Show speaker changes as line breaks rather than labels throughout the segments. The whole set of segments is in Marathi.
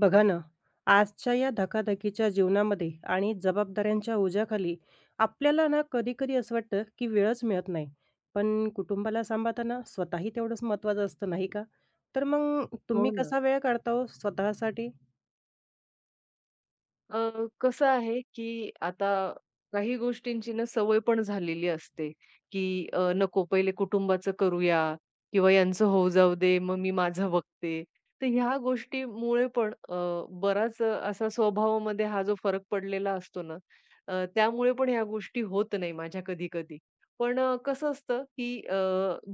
बघा ना, आजच्या या धकाधकीच्या जीवनामध्ये आणि जबाबदाऱ्यांच्या ओझ्याखाली आपल्याला ना कधी-कधी असं वाटतं, की वेळच मिळत नाही. पण कुटुंबाला सांभाळताना स्वतःही तेवढंच महत्त्वाचं असतं, नाही का? तर मग तुम्ही
हो ना.
कसा वेळ काढता हो स्वतःसाठी?
कसं आहे, की आता काही गोष्टींची ना सवय पण झालेली असते, की नको पहिले कुटुंबाचं करूया किंवा यांचं होऊ जाऊ दे, मग मी माझं बघते. तर ह्या गोष्टीमुळे पण बराच असा स्वभावामध्ये हा जो फरक पडलेला असतो ना, त्यामुळे पण ह्या गोष्टी होत नाही माझ्या कधी-कधी. पण कसं असतं, की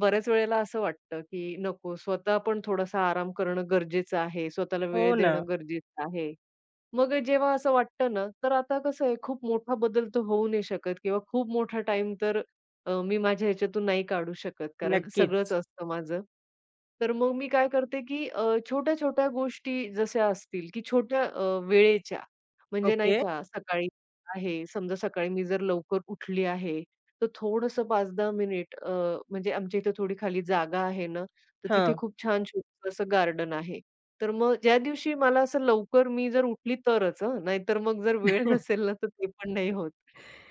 बऱ्याच वेळेला असं वाटतं, की नको स्वतः पण थोडासा आराम करणं गरजेचं आहे, स्वतःला
हो
वेळ
ना,
देणं गरजेचं आहे. मग जेव्हा असं वाटतं ना, तर आता कसं आहे खूप मोठा बदल तर होऊ नाही शकत किंवा खूप मोठा टाइम तर मी माझ्या ह्याच्यातून नाही काढू शकत कारण सगळंच
नक्कीच.
असतं माझं. तर मग मी काय करते, की छोट्या-छोट्या गोष्टी जशा असतील, की छोट्या वेळेच्या म्हणजे नाही
ओके.
का सकाळी आहे, समजा सकाळी मी जर लवकर उठली आहे, तर थोडंसं 5-10 मिनिट म्हणजे आमच्या इथे थोडी खाली जागा आहे ना, तर तिथे
हां.
खूप छान छोटंसं असं गार्डन आहे. तर मग ज्या दिवशी मला असं लवकर मी जर उठली तरच हं, नाहीतर मग जर वेळ नसेल ना, तर ते पण नाही होत.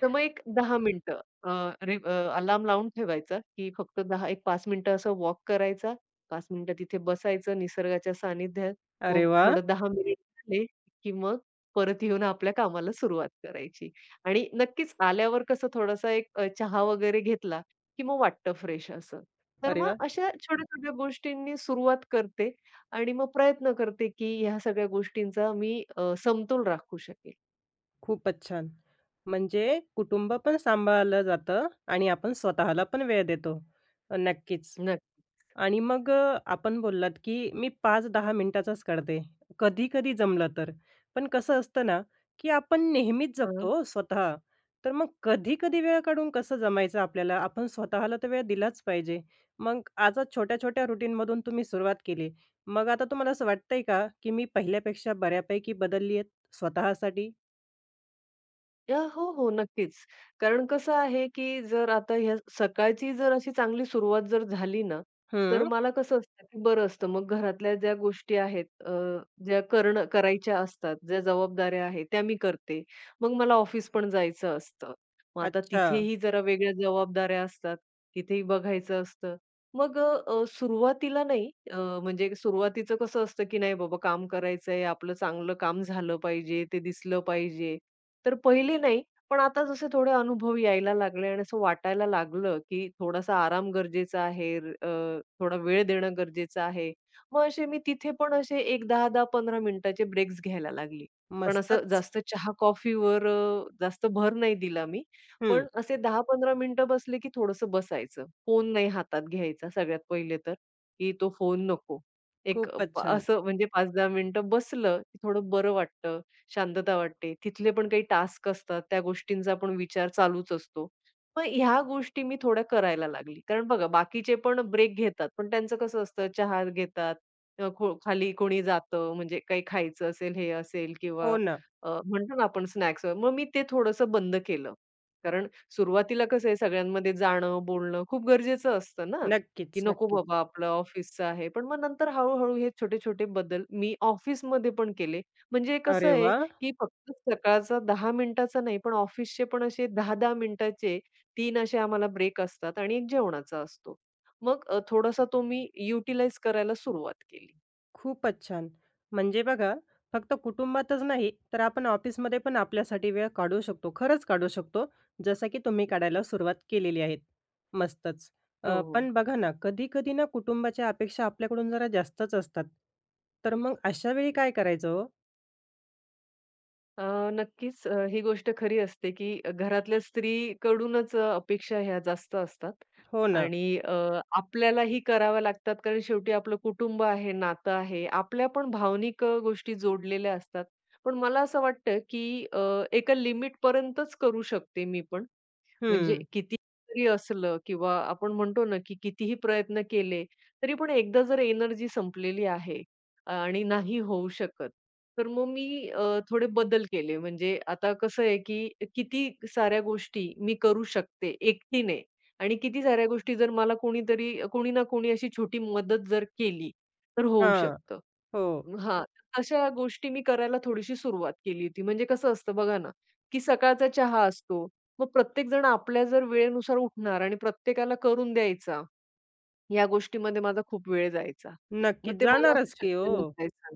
तर मग एक दहा मिनिटं अ, रे अ, अलार्म लावून ठेवायचा, की फक्त दहा एक 5 मिनिटं असं वॉक करायचा, 5 मिनिटं तिथे बसायचं निसर्गाच्या सानिध्यात.
अरे
मग
वाह!
थोडं 10 मिनिट झाले, की मग परत येऊन आपल्या कामाला सुरुवात करायची. आणि नक्कीच आल्यावर कसं थोडासा एक चहा वगैरे घेतला, की मग वाटतं फ्रेश असं. तर
अरे
मग
वाह!
अशा छोट्या-छोट्या गोष्टींनी सुरुवात करते आणि मग प्रयत्न करते, की ह्या सगळ्या गोष्टींचा मी समतोल राखू शकेल.
खूपच छान. म्हणजे कुटुंब पण सांभाळलं जातं आणि आपण स्वतःला पण वेळ देतो. नक्कीच.
नक्की.
आणि मग आपण बोललात, की मी 5-10 मिनिटाचाच काढते. कधी-कधी जमलं तर. पण कसं असतं ना, की आपण नेहमीच
हां.
जगतो हो स्वतः. तर मग कधी-कधी वेळ काढून कसं जमायचं आपल्याला? आपण स्वतःला तर वेळ दिलाच पाहिजे. मग आजच छोट्या-छोट्या रुटीनमधून तुम्ही सुरुवात केली. मग आता तुम्हाला असं वाटतंय का, की मी पहिल्यापेक्षा बऱ्यापैकी बदलली आहे स्वतःसाठी?
हो, हो, नक्कीच. कारण कसं आहे, की जर आता ह्या सकाळची जर अशी चांगली सुरुवात जर झाली ना, तर
हं.
मला कसं असतं, की बरं असतं. मग घरातल्या ज्या गोष्टी आहेत, ज्या करणं करायच्या असतात, ज्या जबाबदाऱ्या आहेत, त्या मी करते. मग मला ऑफिस पण जायचं असतं. मग आता
अच्छा.
तिथेही जरा वेगळ्या जबाबदाऱ्या असतात, तिथेही बघायचं असतं. मग अ, सुरुवातीला नाही अ, म्हणजे सुरुवातीचं कसं असतं, की नाही बाबा काम करायचंय, आपलं चांगलं काम झालं पाहिजे, ते दिसलं पाहिजे. तर पहिले नाही, पण आता जसे थोडे अनुभव यायला लागले आणि असं वाटायला लागलं, की थोडासा आराम गरजेचा आहे. थोडा वेळ देणं गरजेचं आहे. मग असे मी तिथे पण असे एक 10-10, 15 मिनिटाचे ब्रेक्स घ्यायला लागली. पण असं
मस्तच.
जास्त चहा-कॉफीवर जास्त भर नाही दिला मी.
हं.
पण असे 10-15 मिनिटं बसले, की थोडंसं बसायचं. फोन नाही हातात घ्यायचा सगळ्यात पहिले तर, की तो फोन नको. एक
खूपच छान.
असं म्हणजे 5-10 मिनिटं बसलं, की थोडं बरं वाटतं. शांतता वाटते. तिथले पण काही टास्क असतात, त्या गोष्टींचा पण विचार चालूच असतो. मग ह्या गोष्टी मी थोड्या करायला लागली. कारण बघा बाकीचे पण ब्रेक घेतात, पण त्यांचं कसं असतं चहा घेतात, अ, खो खाली कोणी जातं म्हणजे काही खायचं असेल, हे असेल
हो
किंवा
ना.
म्हणतो ना आपण स्नॅक्स. मग मी ते थोडंसं बंद केलं. कारण सुरुवातीला कसं आहे सगळ्यांमध्ये जाणं, बोलणं खूप गरजेचं असतं ना, की
नक्कीच,
नको
नक्कीच.
बाबा आपलं ऑफिसचं आहे. पण मग नंतर हळू हे छोटे-छोटे बदल मी ऑफिसमध्ये पण केले. म्हणजे कसं
अरे
आहे
वाह!
की फक्त सकाळचा 10 मिनिटाचा नाही, पण ऑफिसचे पण असे 10-10 मिनिटाचे 3 असे आम्हाला ब्रेक असतात आणि एक जेवणाचा असतो. मग थोडासा तो मी युटिलाइज करायला सुरुवात केली.
खूपच छान. म्हणजे बघा, फक्त कुटुंबातच नाही, तर आपण ऑफिसमध्ये पण आपल्यासाठी वेळ काढू शकतो. खरंच काढू शकतो, जसं की तुम्ही काढायला सुरुवात केलेली आहे. मस्तच.
हो, हो.
पण बघा ना, कधी-कधी ना कुटुंबाच्या अपेक्षा आपल्याकडून जरा जास्तच असतात. तर मग अशा वेळी काय करायचं हो?
अ, नक्कीच ही गोष्ट खरी असते, की घरातल्या स्त्रीकडूनच अपेक्षा ह्या जास्त असतात
हो ना.
आणि आपल्यालाही कराव्या लागतात. कारण शेवटी आपलं कुटुंब आहे, नातं आहे. आपल्या पण भावनिक गोष्टी जोडलेल्या असतात. पण मला असं वाटतं, की एका लिमिटपर्यंतच करू शकते मी पण. म्हणजे
हं.
किती तरी असलं किंवा आपण म्हणतो ना, की कितीही प्रयत्न केले, तरी पण एकदा जर एनर्जी संपलेली आहे आणि नाही होऊ शकत, तर मग मी थोडे बदल केले. म्हणजे आता कसं आहे, की किती साऱ्या गोष्टी मी करू शकते एकटीने आणि किती साऱ्या गोष्टी जर मला कोणी ना कोणी अशी छोटी मदत जर केली, तर होऊ
हां.
शकतं.
हो.
हां, तशा गोष्टी मी करायला थोडीशी सुरुवात केली होती. म्हणजे कसं असतं बघा ना, की सकाळचा चहा असतो. मग प्रत्येक जण आपल्या जर वेळेनुसार उठणार आणि प्रत्येकाला करून द्यायचा, या गोष्टीमध्ये माझा खूप वेळ जायचा. मग
नक्कीच.
ते मला असं
जाणारच की हो.
शक्य नसायचं.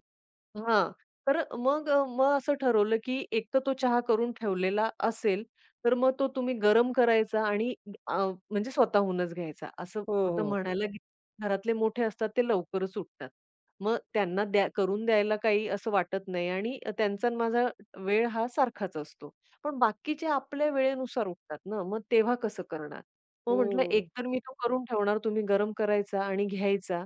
हां. तर मग अ, मग असं ठरवलं, की एक तर तो चहा करून ठेवलेला असेल, तर मग तो तुम्ही गरम करायचा आणि अ, म्हणजे स्वतःहूनच घ्यायचा. असं
हो,
आता
हो.
म्हणायला गे घरातले मोठे असतात ते लवकरच उठतात. मग त्यांना करून द्यायला काही असं वाटत नाही आणि त्यांचा आणि माझा वेळ हा सारखाच असतो. पण बाकीचे आपल्या वेळेनुसार उठतात ना, मग तेव्हा कसं करणार? मग म्हटलं
हो.
एकतर मी तो करून ठेवणार, तुम्ही गरम करायचा आणि घ्यायचा,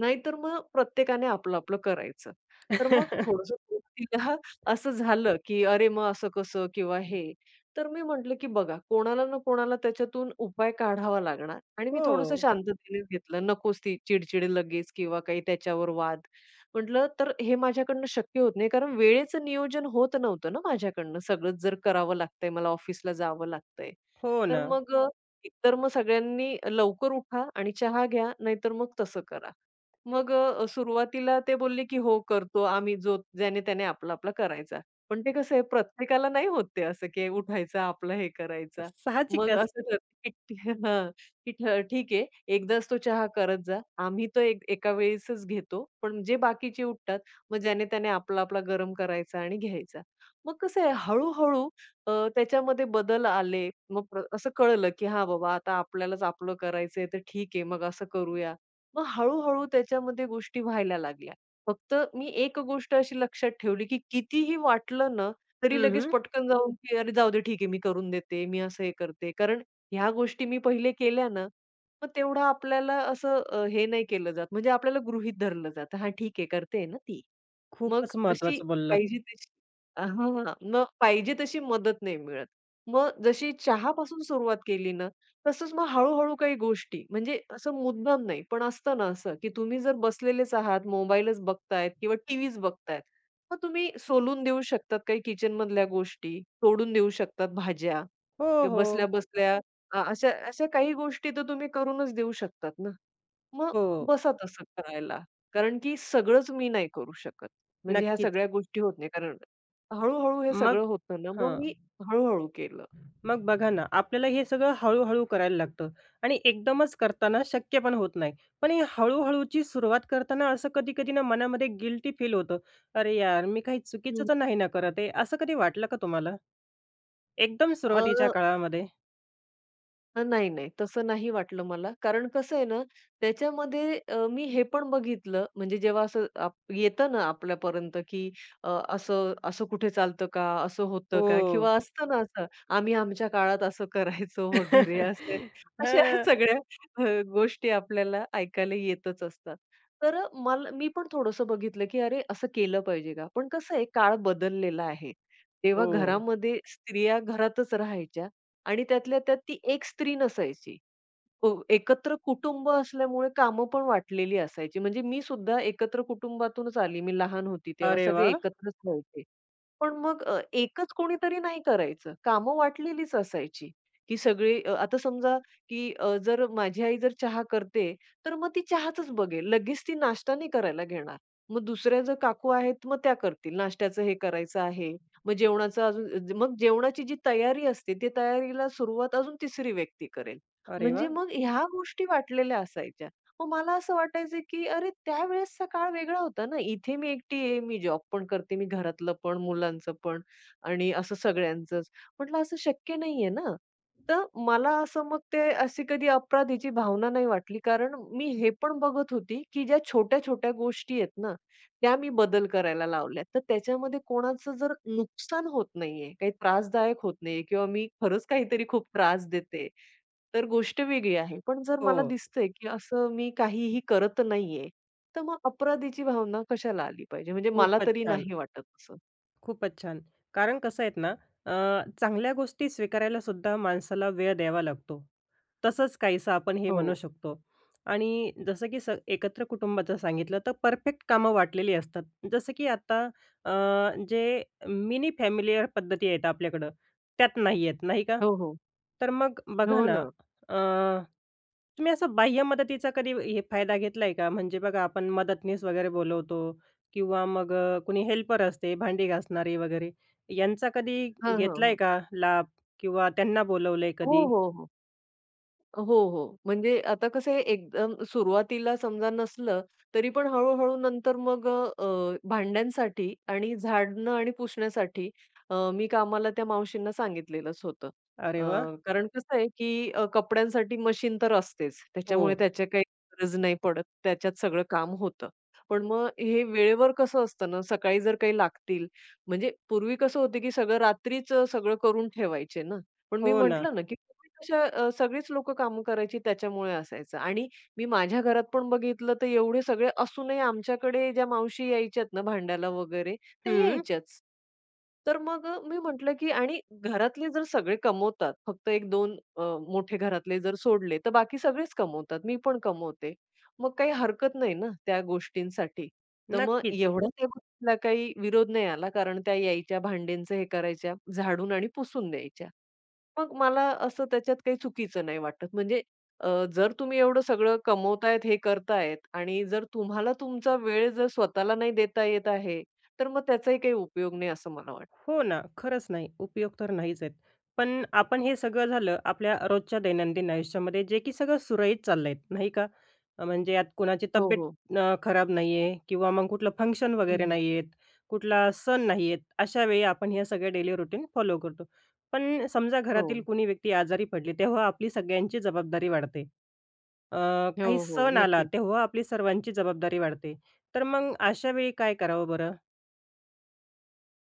नाहीतर मग प्रत्येकाने आपलं-आपलं करायचं. तर मग थोडंसं तिला असं झालं, की "अरे, मग असं कसं?" किंवा हे. तर मी म्हटलं, की बघा कोणाला ना कोणाला त्याच्यातून उपाय काढावा लागणार आणि मी
हो.
थोडंसं शांततेनेच घेतलं. नकोच ती चिडचिड लगेच किंवा काही त्याच्यावर वाद. म्हटलं तर हे माझ्याकडनं शक्य होत नाही कारण वेळेचं नियोजन होत नव्हतं ना माझ्याकडनं. सगळंच जर करावं लागतंय, मला ऑफिसला जावं लागतंय.
हो
तर
ना.
मग एकतर मग सगळ्यांनी लवकर उठा आणि चहा घ्या, नाहीतर मग तसं करा. मग सुरुवातीला ते बोलले, की "हो, करतो आम्ही जो ज्याने-त्याने आपला-आपला करायचा." पण ते कसं आहे प्रत्येकाला नाही होत ते असं, की उठायचं आपलं हे करायचा. मग
साहजिकच.
असं करते, की हां, की " ठीक आहे, एकदाच तो चहा करत जा. आम्ही तो एक एका वेळेसच घेतो, पण जे बाकीचे उठतात, मग ज्याने-त्याने आपला-आपला गरम करायचा आणि घ्यायचा." मग कसं आहे हळू त्याच्यामध्ये बदल आले. मग असं कळलं, की "हां, बाबा आता आपल्यालाच आपलं करायचंय तर ठीक आहे, मग असं करूया." मग हळू-हळू त्याच्यामध्ये गोष्टी व्हायला लागल्या. फक्त मी एक गोष्ट अशी लक्षात ठेवली, की कितीही वाटलं ना, तरी
हं,
लगेच
हं.
पटकन जाऊन, की "अरे जाऊ दे ठीक आहे, मी करून देते, मी असं हे करते." कारण ह्या गोष्टी मी पहिले केल्या ना, मग तेवढं आपल्याला असं हे नाही केलं जात. म्हणजे आपल्याला गृहीत धरलं जातं. "हां, ठीक आहे, करते ना ती." मग
खूपच
तशी
महत्त्वाचं बोललात.
पाहिजे तशी हां. मग पाहिजे तशी मदत नाही मिळत. मग जशी चहापासून सुरुवात केली ना, तसंच मग हळू-हळू काही गोष्टी म्हणजे असं मुद्दाम नाही, पण असतं ना असं, की तुम्ही जर बसलेलेच आहात, मोबाईलच बघतायत किंवा टीव्हीच बघतायत, मग तुम्ही सोलून देऊ शकतात काही किचनमधल्या गोष्टी, तोडून देऊ शकतात भाज्या
हो,
किंवा
हो.
बसल्या-बसल्या अशा अशा काही गोष्टी तर तुम्ही करूनच देऊ शकतात ना. मग
हो.
बसा तसं करायला. कारण की सगळंच मी नाही करू शकत. म्हणजे ह्या
नक्कीच.
सगळ्या गोष्टी होत नाही. कारण हळू-हळू हे
मग
सगळं होतं ना, मग
हां.
मी हळू केलं.
मग बघा ना, आपल्याला हे सगळं हळू-हळू करायला लागतं आणि एकदमच करताना शक्य पण होत नाही. पण ही हळू-हळूची सुरुवात करताना असं कधी-कधी ना मनामध्ये गिल्टी फील होतं. "अरे यार, मी काही चुकीचं तर नाही ना करत आहे." असं कधी वाटलं का तुम्हाला? एकदम सुरुवातीच्या काळामध्ये?
नाही, नाही. तसं नाही वाटलं मला. कारण कसं आहे ना, त्याच्यामध्ये मी हे पण बघितलं, म्हणजे जेव्हा असं येतं ना आपल्यापर्यंत, की अ, असं असं कुठे चालतं का? असं होतं का?
हो.
किंवा असतं ना असं, आम्ही आमच्या काळात असं करायचो वगैरे, असे अशा
हां.
सगळ्या गोष्टी आपल्याला ऐकायला येतच असतात. तर मला मी पण थोडंसं बघितलं, की अरे, असं केलं पाहिजे का? पण कसं आहे, काळ बदललेला आहे. तेव्हा
हो.
घरामध्ये स्त्रिया घरातच राहायच्या. आणि त्यातल्या त्यात ती एक स्त्री नसायची. अ, एकत्र कुटुंब असल्यामुळे कामं पण वाटलेली असायची. म्हणजे मी सुद्धा एकत्र कुटुंबातूनच आली. मी लहान होती तेव्हा
अरे
सगळे
वाह!
एकत्रच राहायचे. पण मग एकच कोणीतरी नाही करायचं. कामं वाटलेलीच असायची, की सगळे आता समजा, की जर माझी आई जर चहा करते, तर मग ती चहाच बघेल. लगेच ती नाश्ता नाही करायला घेणार. मग दुसऱ्या जर काकू आहेत, मग त्या करतील. नाश्त्याचं हे करायचं आहे, मग जेवणाचं अजून मग जेवणाची जी तयारी असते, ती तयारीला सुरुवात अजून तिसरी व्यक्ती करेल.
अरे
म्हणजे
वाह!
मग ह्या गोष्टी वाटलेल्या असायच्या. मग मला असं वाटायचं, की अरे त्यावेळेसचा काळ वेगळा होता ना. इथे मी एकटी आहे, मी जॉब पण करते, मी घरातलं पण, मुलांचं पण आणि असं सगळ्यांचंच. म्हटलं असं शक्य नाहीये ना. तर मला असं मग ते अशी कधी अपराधीची भावना नाही वाटली, कारण मी हे पण बघत होती, की ज्या छोट्या-छोट्या गोष्टी आहेत ना, त्या मी बदल करायला लावल्यात. तर त्याच्यामध्ये कोणाचं जर नुकसान होत नाहीये, काही त्रासदायक होत नाहीये किंवा मी खरंच काहीतरी खूप त्रास देते, तर गोष्ट वेगळी आहे. पण जर
हो.
मला दिसतंय, की असं मी काहीही करत नाहीये, तर मग अपराधीची भावना कशाला आली पाहिजे? म्हणजे मला
खूपच
तरी
छान.
नाही वाटत असं.
खूपच छान. कारण कसं आहेत ना, चांगल्या गोष्टी स्वीकारायला सुद्धा माणसाला वेळ द्यावा लागतो. तसंच काहीसं आपण हे म्हणू
हो.
शकतो. आणि जसं की स एकत्र कुटुंबाचं सांगितलं तर परफेक्ट कामं वाटलेली असतात. जसं की आता अ, जे मिनी फॅमिलीअर पद्धती आहेत आपल्याकडं, त्यात नाही आहेत, नाही का?
हो, हो.
तर मग बघा
हो
ना,
ना.
तुम्ही असं बाह्य मदतीचा कधी हे फायदा घेतलाय का? म्हणजे बघा आपण मदतनीस वगैरे बोलवतो किंवा मग कुणी हेल्पर असते, भांडी घासणारी वगैरे. यांचा कधी
हां, हां,
घेतलाय
हां.
का लाभ किंवा त्यांना बोलवलंय
हो,
कधी?
हो, हो. हो, हो. म्हणजे आता कसं आहे एकदम सुरुवातीला समजा नसलं, तरी पण हळू-हळू नंतर मग अ, अ, भांड्यांसाठी आणि झाडणं आणि पुसण्यासाठी मी कामाला त्या मावशींना सांगितलेलंच होतं.
अरे
अ,
वाह!
कारण कसं आहे, की कपड्यांसाठी मशीन तर असतेच.
हो.
त्याच्यामुळे त्याची काही गरज नाही पडत. त्याच्यात सगळं काम होतं. पण मग हे वेळेवर कसं असतं ना, सकाळी जर काही लागतील म्हणजे पूर्वी कसं होतं, की सगळं रात्रीच सगळं करून ठेवायचे ना. पण
हो
मी
ना.
म्हटलं ना, की पूर्वी कशा सगळीच लोकं कामं करायची त्याच्यामुळे असायचं आणि मी माझ्या घरात पण बघितलं तर एवढे सगळे असूनही आमच्याकडे ज्या मावशी यायच्यात ना भांडायला वगैरे, त्या
हं.
यायच्याच. तर मग मी म्हटलं, की आणि घरातले जर सगळे कमवतात, फक्त 1-2 मोठे घरातले जर सोडले, तर बाकी सगळेच कमवतात. मी पण कमवते. मग काही हरकत नाही ना त्या गोष्टींसाठी. तर मग
नक्कीच.
एवढा त्या गोष्टीला काही विरोध नाही आला कारण त्या यायच्या, भांड्यांचं हे करायच्या, झाडून आणि पुसून द्यायच्या. मग मला असं त्याच्यात काही चुकीचं नाही वाटत. म्हणजे अ, जर तुम्ही एवढं सगळं कमवतायत, हे करतायत आणि जर तुम्हाला तुमचा वेळ जर स्वतःला नाही देता येत आहे, तर मग त्याचाही काही उपयोग नाही असं मला वाटतं.
हो ना, खरंच नाही. उपयोग तर नाहीच आहेत. पण आपण हे सगळं झालं आपल्या रोजच्या दैनंदिन आयुष्यामध्ये, जे की सगळं सुरळीत चाललंय, नाही का? म्हणजे यात कुणाची
हो,
तब्येत
हो.
खराब नाहीये किंवा मग कुठलं फंक्शन
हं,
वगैरे
हं.
नाहीयेत, कुठला सण नाहीयेत. अशा वेळी आपण ह्या सगळ्या डेली रूटीन फॉलो करतो. पण समजा
हो.
घरातील कुणी व्यक्ती आजारी पडली, तेव्हा आपली सगळ्यांची जबाबदारी वाढते. अ, काही
हो, हो.
सण आला,
नक्कीच.
तेव्हा आपली सर्वांची जबाबदारी वाढते. तर मग अशा वेळी काय करावं बरं?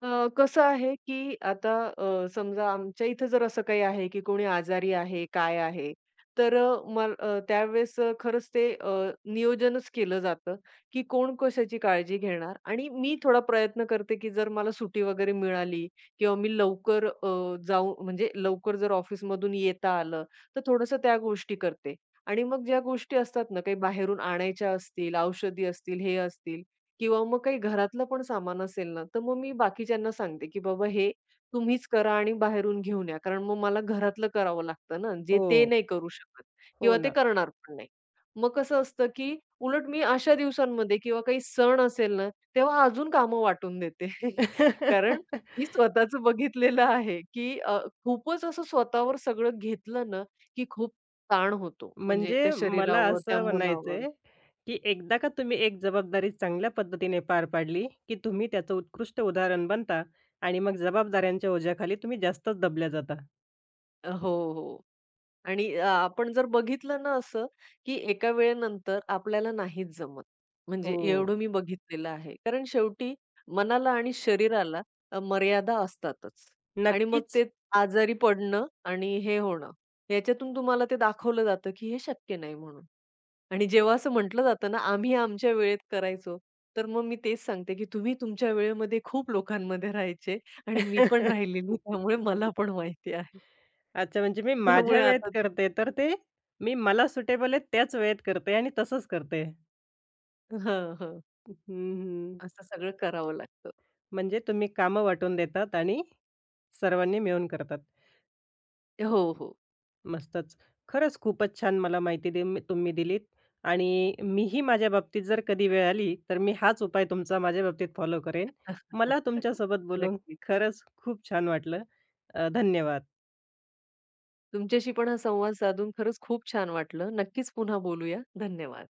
कसं आहे, की आता समजा आमच्या इथं जर असं काही आहे, की कोणी आजारी आहे, काय आहे, तर त्यावेळेस खरंच ते नियोजनच केलं जातं, की कोण कशाची काळजी घेणार आणि मी थोडा प्रयत्न करते, की जर मला सुट्टी वगैरे मिळाली किंवा मी लवकर अ, जाऊ म्हणजे लवकर जर ऑफिसमधून येता आलं, तर थोडंसं त्या गोष्टी करते आणि मग ज्या गोष्टी असतात ना, काही बाहेरून आणायच्या असतील, औषधी असतील, हे असतील, किंवा मग काही घरातलं पण सामान असेल ना, तर मग मी बाकीच्यांना सांगते, की "बाबा हे तुम्हीच करा आणि बाहेरून घेऊन या." कारण मग मला घरातलं करावं लागतं ना, जे ते
हो,
नाही करू शकत
हो
किंवा ते
ना.
करणार पण नाही. मग कसं असतं, की उलट मी अशा दिवसांमध्ये किंवा काही सण असेल ना, तेव्हा अजून कामं वाटून देते. कारण मी स्वतःचं बघितलेलं आहे, की खूपच असं स्वतःवर सगळं घेतलं ना, की खूप ताण होतो. म्हणजे त्या
म्हणजे मला
शरीरावर, त्या
असं
मनावर.
म्हणायचंय, की एकदा का तुम्ही एक जबाबदारी चांगल्या पद्धतीने पार पाडली, की तुम्ही त्याचं उत्कृष्ट उदाहरण बनता आणि मग जबाबदाऱ्यांच्या ओझ्याखाली तुम्ही जास्तच दबल्या जाता.
हो, हो. आणि आपण जर बघितलं ना असं, की एका वेळेनंतर आपल्याला नाहीच जमत. म्हणजे
हो.
एवढं मी बघितलेलं आहे. कारण शेवटी मनाला आणि शरीराला मर्यादा असतातच. आणि मग
नक्कीच.
ते आजारी पडणं आणि हे होणं, याच्यातून तुम्हाला ते दाखवलं जातं, की हे शक्य नाही म्हणून. आणि जेव्हा असं म्हटलं जातं ना, आम्ही आमच्या वेळेत करायचो. तर मग मी तेच सांगते, की तुम्ही तुमच्या वेळेमध्ये खूप लोकांमध्ये राहायचे आणि मी पण राहिलेली. त्यामुळे मला पण माहिती आहे.
अच्छा, म्हणजे मी माझ्या
त्यामुळे
वेळेत
आता ते
करते, तर ते मी मला सुटेबल आहे त्याच वेळेत करते आणि तसंच करते. हं,
हां, हां. असं सगळं करावं लागतं.
म्हणजे तुम्ही कामं वाटून देतात आणि सर्वांनी मिळून करतात.
हो, हो.
मस्तच. खरंच खूपच छान मला माहिती दे तुम्ही दिलीत आणि मीही माझ्या बाबतीत जर कधी वेळ आली, तर मी हाच उपाय तुमचा माझ्या बाबतीत फॉलो करेन. मला तुमच्यासोबत बोलून
नक्कीच.
खरंच खूप छान वाटलं. धन्यवाद.
तुमच्याशी पण हा संवाद साधून खरंच खूप छान वाटलं. नक्कीच पुन्हा बोलूया. धन्यवाद.